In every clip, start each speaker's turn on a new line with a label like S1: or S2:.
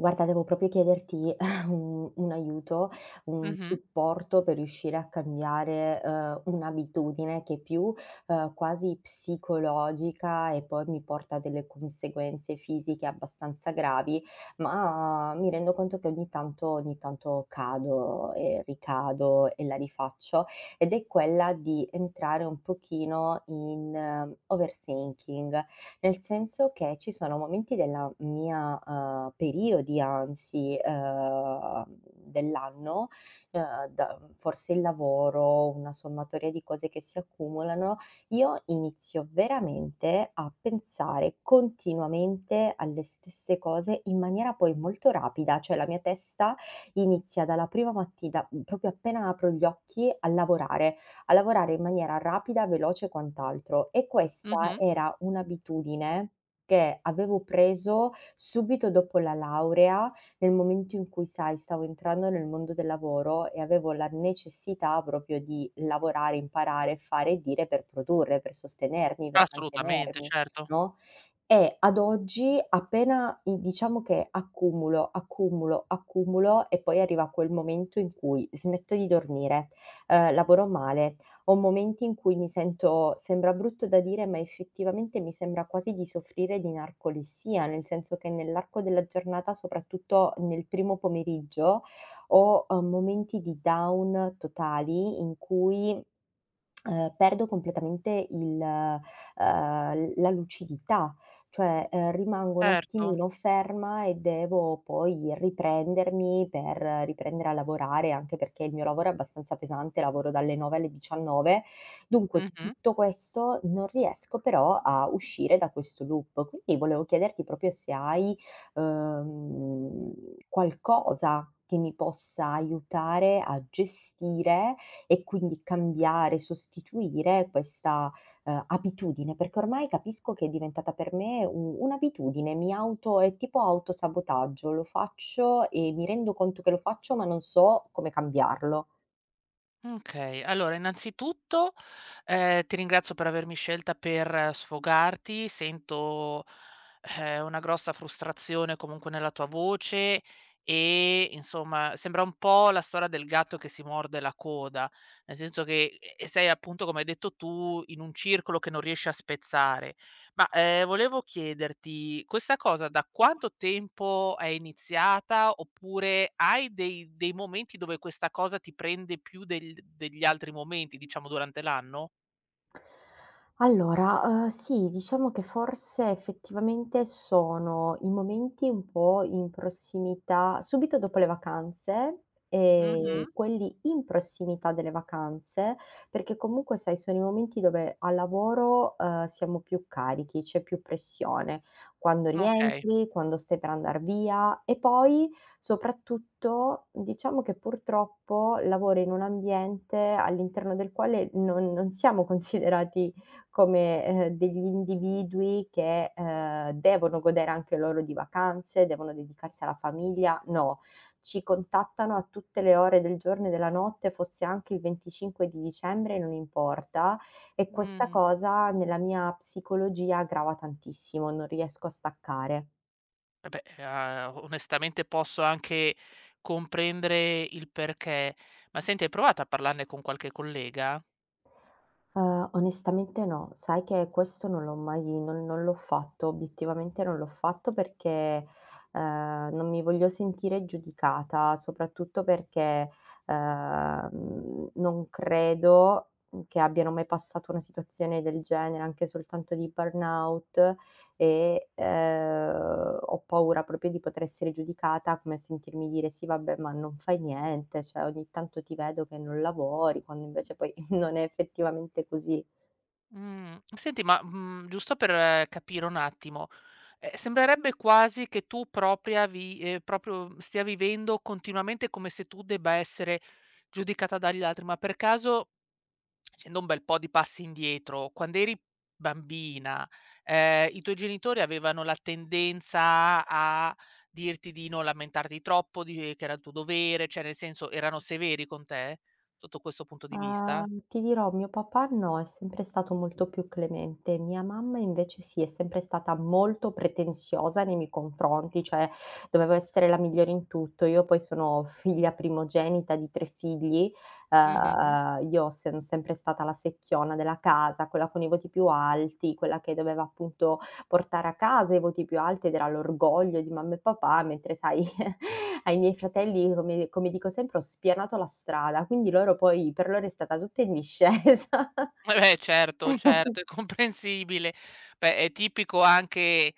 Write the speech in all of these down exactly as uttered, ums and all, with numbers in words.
S1: Guarda, devo proprio chiederti un un aiuto, un
S2: Mh-mh,
S1: supporto per riuscire a cambiare, uhm, un'abitudine che è più, uhm, quasi psicologica e poi mi porta a delle conseguenze fisiche abbastanza gravi, ma mi rendo conto che ogni tanto ogni tanto cado e ricado e la rifaccio, ed è quella di entrare un pochino in eh, overthinking. Nel senso che ci sono momenti della mia uhm, periodi anzi, uhm, dell'anno, uhm, da forse il lavoro, una sommatoria di cose che si accumulano, io inizio veramente a pensare continuamente alle stesse cose in maniera poi molto rapida, cioè la mia testa inizia dalla prima mattina, mhmm, proprio appena apro gli occhi a lavorare a lavorare in maniera rapida, veloce e quant'altro. E questa
S2: mh-mh.
S1: era un'abitudine che avevo preso subito dopo la laurea, nel momento in cui, sai, stavo entrando nel mondo del lavoro e avevo la necessità proprio di lavorare, imparare, fare e dire per produrre, per sostenermi, per
S2: Assolutamente,
S1: mantenermi,
S2: certo,
S1: no, e ad oggi appena i diciamo che accumulo, accumulo, accumulo e poi arriva quel momento in cui smetto di dormire, ehm, lavoro male, ho momenti in cui mi sento sembra brutto da dire, ma effettivamente mi sembra quasi di soffrire di narcolessia, nel senso che nell'arco della giornata, soprattutto nel primo pomeriggio, ho, uhm, momenti di down totali in cui ehm, perdo completamente il ehm, la lucidità, cioè, ehm, rimango un
S2: certo.
S1: attimino ferma e devo poi riprendermi per riprendere a lavorare, anche perché il mio lavoro è abbastanza pesante, lavoro dalle nove alle diciannove. Dunque,
S2: Mh-mh.
S1: tutto questo non riesco però a uscire da questo loop. Quindi volevo chiederti proprio se hai, ehm, qualcosa che mi possa aiutare a gestire, e quindi cambiare, sostituire questa, ehm, abitudine, perché ormai capisco che è diventata per me u un'abitudine, mi auto è tipo autosabotaggio, lo faccio e mi rendo conto che lo faccio, ma non so come cambiarlo.
S2: Okay, allora innanzitutto, ehm, ti ringrazio per avermi scelta per sfogarti. Sento, ehm, una grossa frustrazione comunque nella tua voce e insomma sembra un po' la storia del gatto che si morde la coda, nel senso che, ehm, sei appunto, come hai detto tu, in un circolo che non riesci a spezzare. Ma, ehm, volevo chiederti, questa cosa da quanto tempo è iniziata, oppure hai dei dei momenti dove questa cosa ti prende più del degli altri momenti, diciamo durante l'anno?
S1: Allora, uhm, sì, diciamo che forse effettivamente sono i momenti un po' in prossimità subito dopo le vacanze, ehm, Mh-mh.
S2: Mh-mh.
S1: Quelli in prossimità delle vacanze, perché comunque sai sono i momenti dove al lavoro, uhm, siamo più carichi, c'è più pressione, quando
S2: Okay.
S1: rientri, quando stai per andar via e poi soprattutto, diciamo che purtroppo lavoro in un ambiente all'interno del quale non non siamo considerati come, ehm, degli individui che, ehm, devono godere anche loro di vacanze, devono dedicarsi alla famiglia, no. Ci contattano a tutte le ore del giorno e della notte, fosse anche il venticinque di dicembre, non importa, e questa
S2: Mh.
S1: cosa nella mia psicologia grava tantissimo, non riesco a staccare.
S2: Eh beh, ehm, onestamente posso anche comprendere il perché. Ma senti, hai provato a parlarne con qualche collega?
S1: Uhm, onestamente no. Sai che questo non l'ho mai non non l'ho fatto, obiettivamente non l'ho fatto perché, uhm, non mi voglio sentire giudicata, soprattutto perché, uhm, non credo, mhmm, che abbiano mai passato una situazione del genere, anche soltanto di burnout, e, ehm, ho paura proprio di poter essere giudicata, come sentirmi dire: "Sì vabbè, ma non fai niente, cioè ogni tanto ti vedo che non lavori", quando invece poi non è effettivamente così.
S2: Mhmm, senti ma, mhmm, giusto per eh, capire un attimo, ehm, sembrerebbe quasi che tu propria vi ehm, proprio stia vivendo continuamente come se tu debba essere giudicata dagli altri, ma per caso, facendo un bel po' di passi indietro, quand'eri bambina, ehm, i tuoi genitori avevano la tendenza a dirti di non lamentarti troppo, di che era il tuo dovere, cioè nel senso erano severi con te sotto questo punto di
S1: Ah,
S2: vista?
S1: ti dirò, mio papà no, è sempre stato molto più clemente. Mia mamma invece sì, è sempre stata molto pretenziosa nei miei confronti, cioè dovevo essere la migliore in tutto. Io poi sono figlia primogenita di tre figli,
S2: Mh-mh.
S1: ehm, io sono sempre stata la secchiona della casa, quella con i voti più alti, quella che doveva appunto portare a casa i voti più alti ed era l'orgoglio di mamma e papà, mentre sai ai miei fratelli, come come dico sempre, ho spianato la strada, quindi loro poi per loro è stata tutta in discesa.
S2: Eh beh certo, certo, è comprensibile. Beh, è tipico anche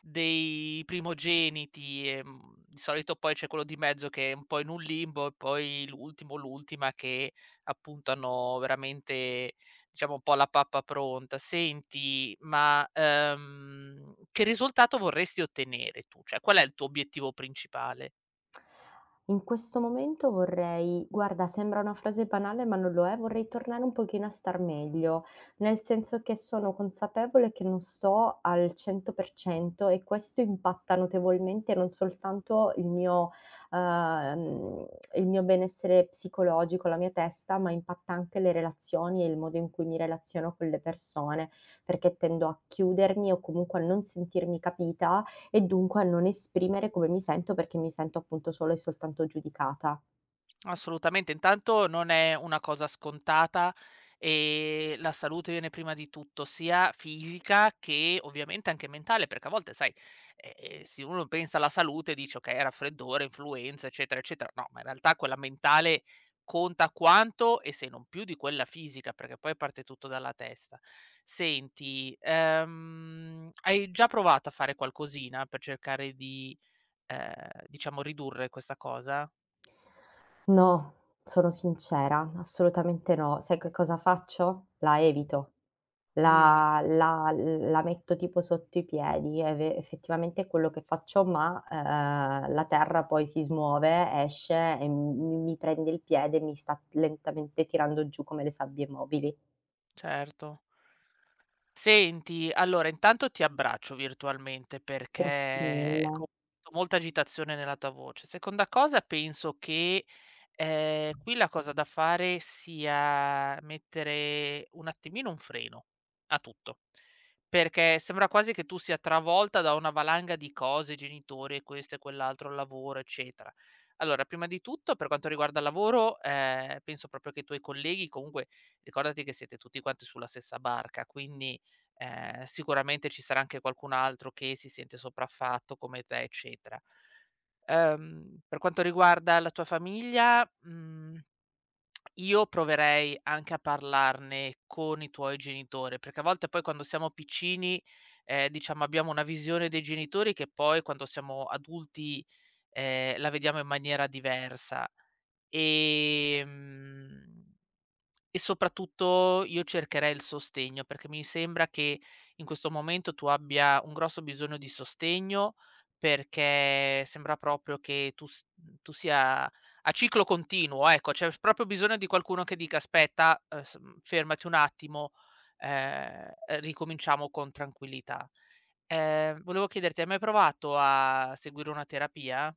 S2: dei primogeniti, ehm, di solito poi c'è quello di mezzo che è un po' in un limbo e poi l'ultimo o l'ultima che appunto hanno veramente, diciamo, un po' la pappa pronta. Senti, ma, ehm, che risultato vorresti ottenere tu? Cioè, qual è il tuo obiettivo principale?
S1: In questo momento vorrei guarda, sembra una frase banale, ma non lo è, vorrei tornare un pochino a star meglio, nel senso che sono consapevole che non sto al cento per cento e questo impatta notevolmente non soltanto il mio uhm, il mio benessere psicologico, la mia testa, ma impatta anche le relazioni e il modo in cui mi relaziono con le persone, perché tendo a chiudermi o comunque a non sentirmi capita e dunque a non esprimere come mi sento, perché mi sento appunto solo e soltanto giudicata.
S2: Assolutamente, intanto non è una cosa scontata, ehm, la salute viene prima di tutto, sia fisica che ovviamente anche mentale, perché a volte sai, ehm, se uno pensa alla salute dice: "Okay, raffreddore, influenza, eccetera, eccetera". No, ma in realtà quella mentale conta quanto e se non più di quella fisica, perché poi parte tutto dalla testa. Senti, ehm, hai già provato a fare qualcosina per cercare di, ehm, diciamo ridurre questa cosa?
S1: No, sono sincera, assolutamente no. Sai che cosa faccio? La evito,
S2: Mh.
S1: la la la metto tipo sotto i piedi, è ve effettivamente è quello che faccio, ma, ehm, la terra poi si smuove, esce e mi mi prende il piede e mi sta lentamente tirando giù come le sabbie mobili.
S2: Certo. Senti, allora intanto ti abbraccio virtualmente
S1: Grazie
S2: perché
S1: mille.
S2: co sento molta agitazione nella tua voce. Seconda cosa penso che, ehm, qui la cosa da fare sia mettere un attimino un freno a tutto, perché sembra quasi che tu sia travolta da una valanga di cose, genitori e questo e quell'altro, lavoro, eccetera. Allora, prima di tutto per quanto riguarda il lavoro, ehm, penso proprio che i tuoi colleghi comunque ricordati che siete tutti quanti sulla stessa barca, quindi, ehm, sicuramente ci sarà anche qualcun altro che si sente sopraffatto come te, eccetera. Ehm, per quanto riguarda la tua famiglia, mhmm, io proverei anche a parlarne con i tuoi genitori, perché a volte poi quando siamo piccini, ehm, diciamo abbiamo una visione dei genitori che poi quando siamo adulti, ehm, la vediamo in maniera diversa. Ehm e soprattutto io cercherei il sostegno, perché mi sembra che in questo momento tu abbia un grosso bisogno di sostegno, perché sembra proprio che tu s mhmm, tu sia a ciclo continuo, ecco, c'è proprio bisogno di qualcuno che dica: "Aspetta, uhm, s mhmm, fermati un attimo, ehm, ricominciamo con tranquillità". Ehm, volevo chiederti: hai mai provato a seguire una terapia?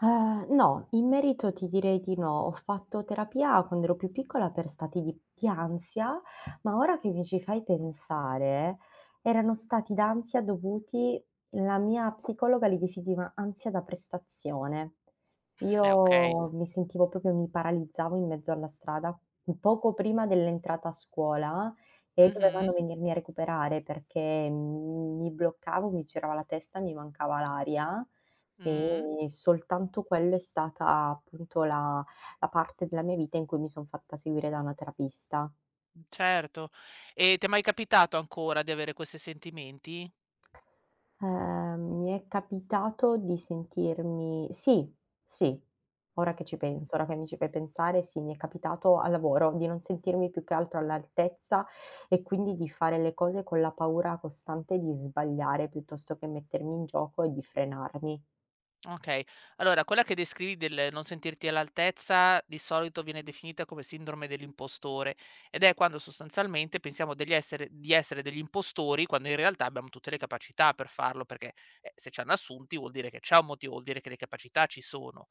S1: Ehm, no, in merito ti direi di no. Ho fatto terapia quando ero più piccola per stati di di ansia, ma ora che mi ci fai pensare, erano stati d'ansia dovuti la mia psicologa li definiva ansia da prestazione.
S2: Eh, okay.
S1: Io mi sentivo proprio mi paralizzavo in mezzo alla strada poco prima dell'entrata a scuola e
S2: Mh-mh.
S1: dovevano venirmi a recuperare perché mi bloccavo, mi girava la testa, mi mancava l'aria
S2: Mh.
S1: e soltanto quello è stata appunto la la parte della mia vita in cui mi son fatta seguire da una terapista.
S2: Certo. E ti è mai capitato ancora di avere questi sentimenti?
S1: Ehm, mi è capitato di sentirmi sì, sì, ora che ci
S2: Mh,
S1: penso, ora che mi ci fai pensare, sì, mi è capitato al lavoro di non sentirmi più che altro all'altezza e quindi di fare le cose con la paura costante di sbagliare piuttosto che mettermi in gioco e di frenarmi.
S2: okay. Allora, quella che descrivi del non sentirti all'altezza, di solito viene definita come sindrome dell'impostore ed è quando sostanzialmente pensiamo degli essere di essere degli impostori, quando in realtà abbiamo tutte le capacità per farlo, perché, eh, se ci hanno assunti vuol dire che c'è un motivo, vuol dire che le capacità ci sono.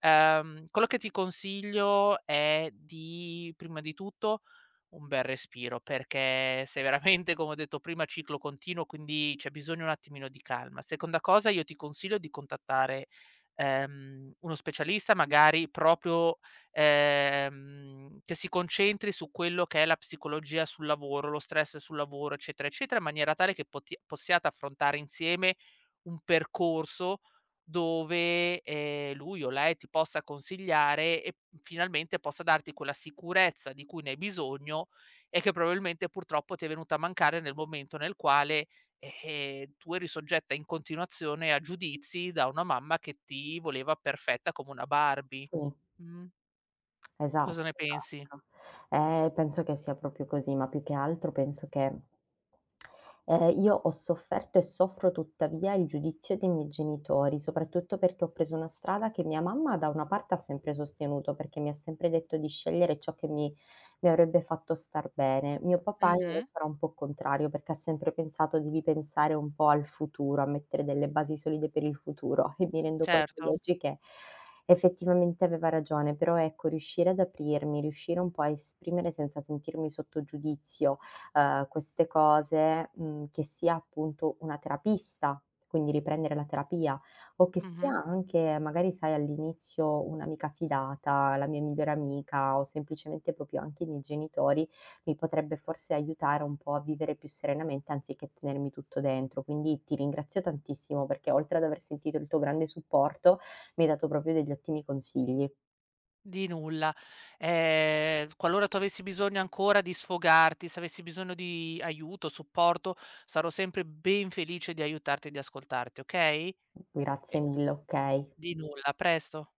S2: Ehm, quello che ti consiglio è di prima di tutto un bel respiro, perché se veramente, come ho detto prima, ciclo continuo, quindi c'è bisogno un attimino di calma. Seconda cosa, io ti consiglio di contattare, ehm, uno specialista magari proprio, ehm, che si concentri su quello che è la psicologia sul lavoro, lo stress sul lavoro, eccetera, eccetera, in maniera tale che poti possiate affrontare insieme un percorso dove, ehm, lui o lei ti possa consigliare e finalmente possa darti quella sicurezza di cui ne hai bisogno e che probabilmente purtroppo ti è venuta a mancare nel momento nel quale, ehm, tu eri soggetta in continuazione a giudizi da una mamma che ti voleva perfetta come una Barbie.
S1: Sì.
S2: Mh.
S1: Esatto,
S2: Cosa ne pensi?
S1: esatto. Eh, penso che sia proprio così, ma più che altro penso che ehm, io ho sofferto e soffro tuttavia il giudizio dei miei genitori, soprattutto perché ho preso una strada che mia mamma da una parte ha sempre sostenuto, perché mi ha sempre detto di scegliere ciò che mi mi avrebbe fatto star bene. Mio papà Mh.
S2: Mh-mh.
S1: Invece era un po' contrario, perché ha sempre pensato devi pensare un po' al futuro, a mettere delle basi solide per il futuro e mi rendo conto
S2: Certo.
S1: oggi che effettivamente aveva ragione, però ecco riuscire ad aprirmi, riuscire un po' a esprimere senza sentirmi sotto giudizio, uhm, queste cose, mhmm, che sia appunto una terapista, quindi riprendere la terapia o che sia
S2: Mh-mh.
S1: anche, magari sai all'inizio un'amica fidata, la mia migliore amica o semplicemente proprio anche i miei genitori, mi potrebbe forse aiutare un po' a vivere più serenamente anziché tenermi tutto dentro. Quindi ti ringrazio tantissimo perché oltre ad aver sentito il tuo grande supporto, mi hai dato proprio degli ottimi consigli.
S2: Di nulla. Ehm, qualora tu avessi bisogno ancora di sfogarti, se avessi bisogno di aiuto, supporto, sarò sempre ben felice di aiutarti e di ascoltarti, okay?
S1: Grazie
S2: E
S1: mille, okay.
S2: di nulla, a presto.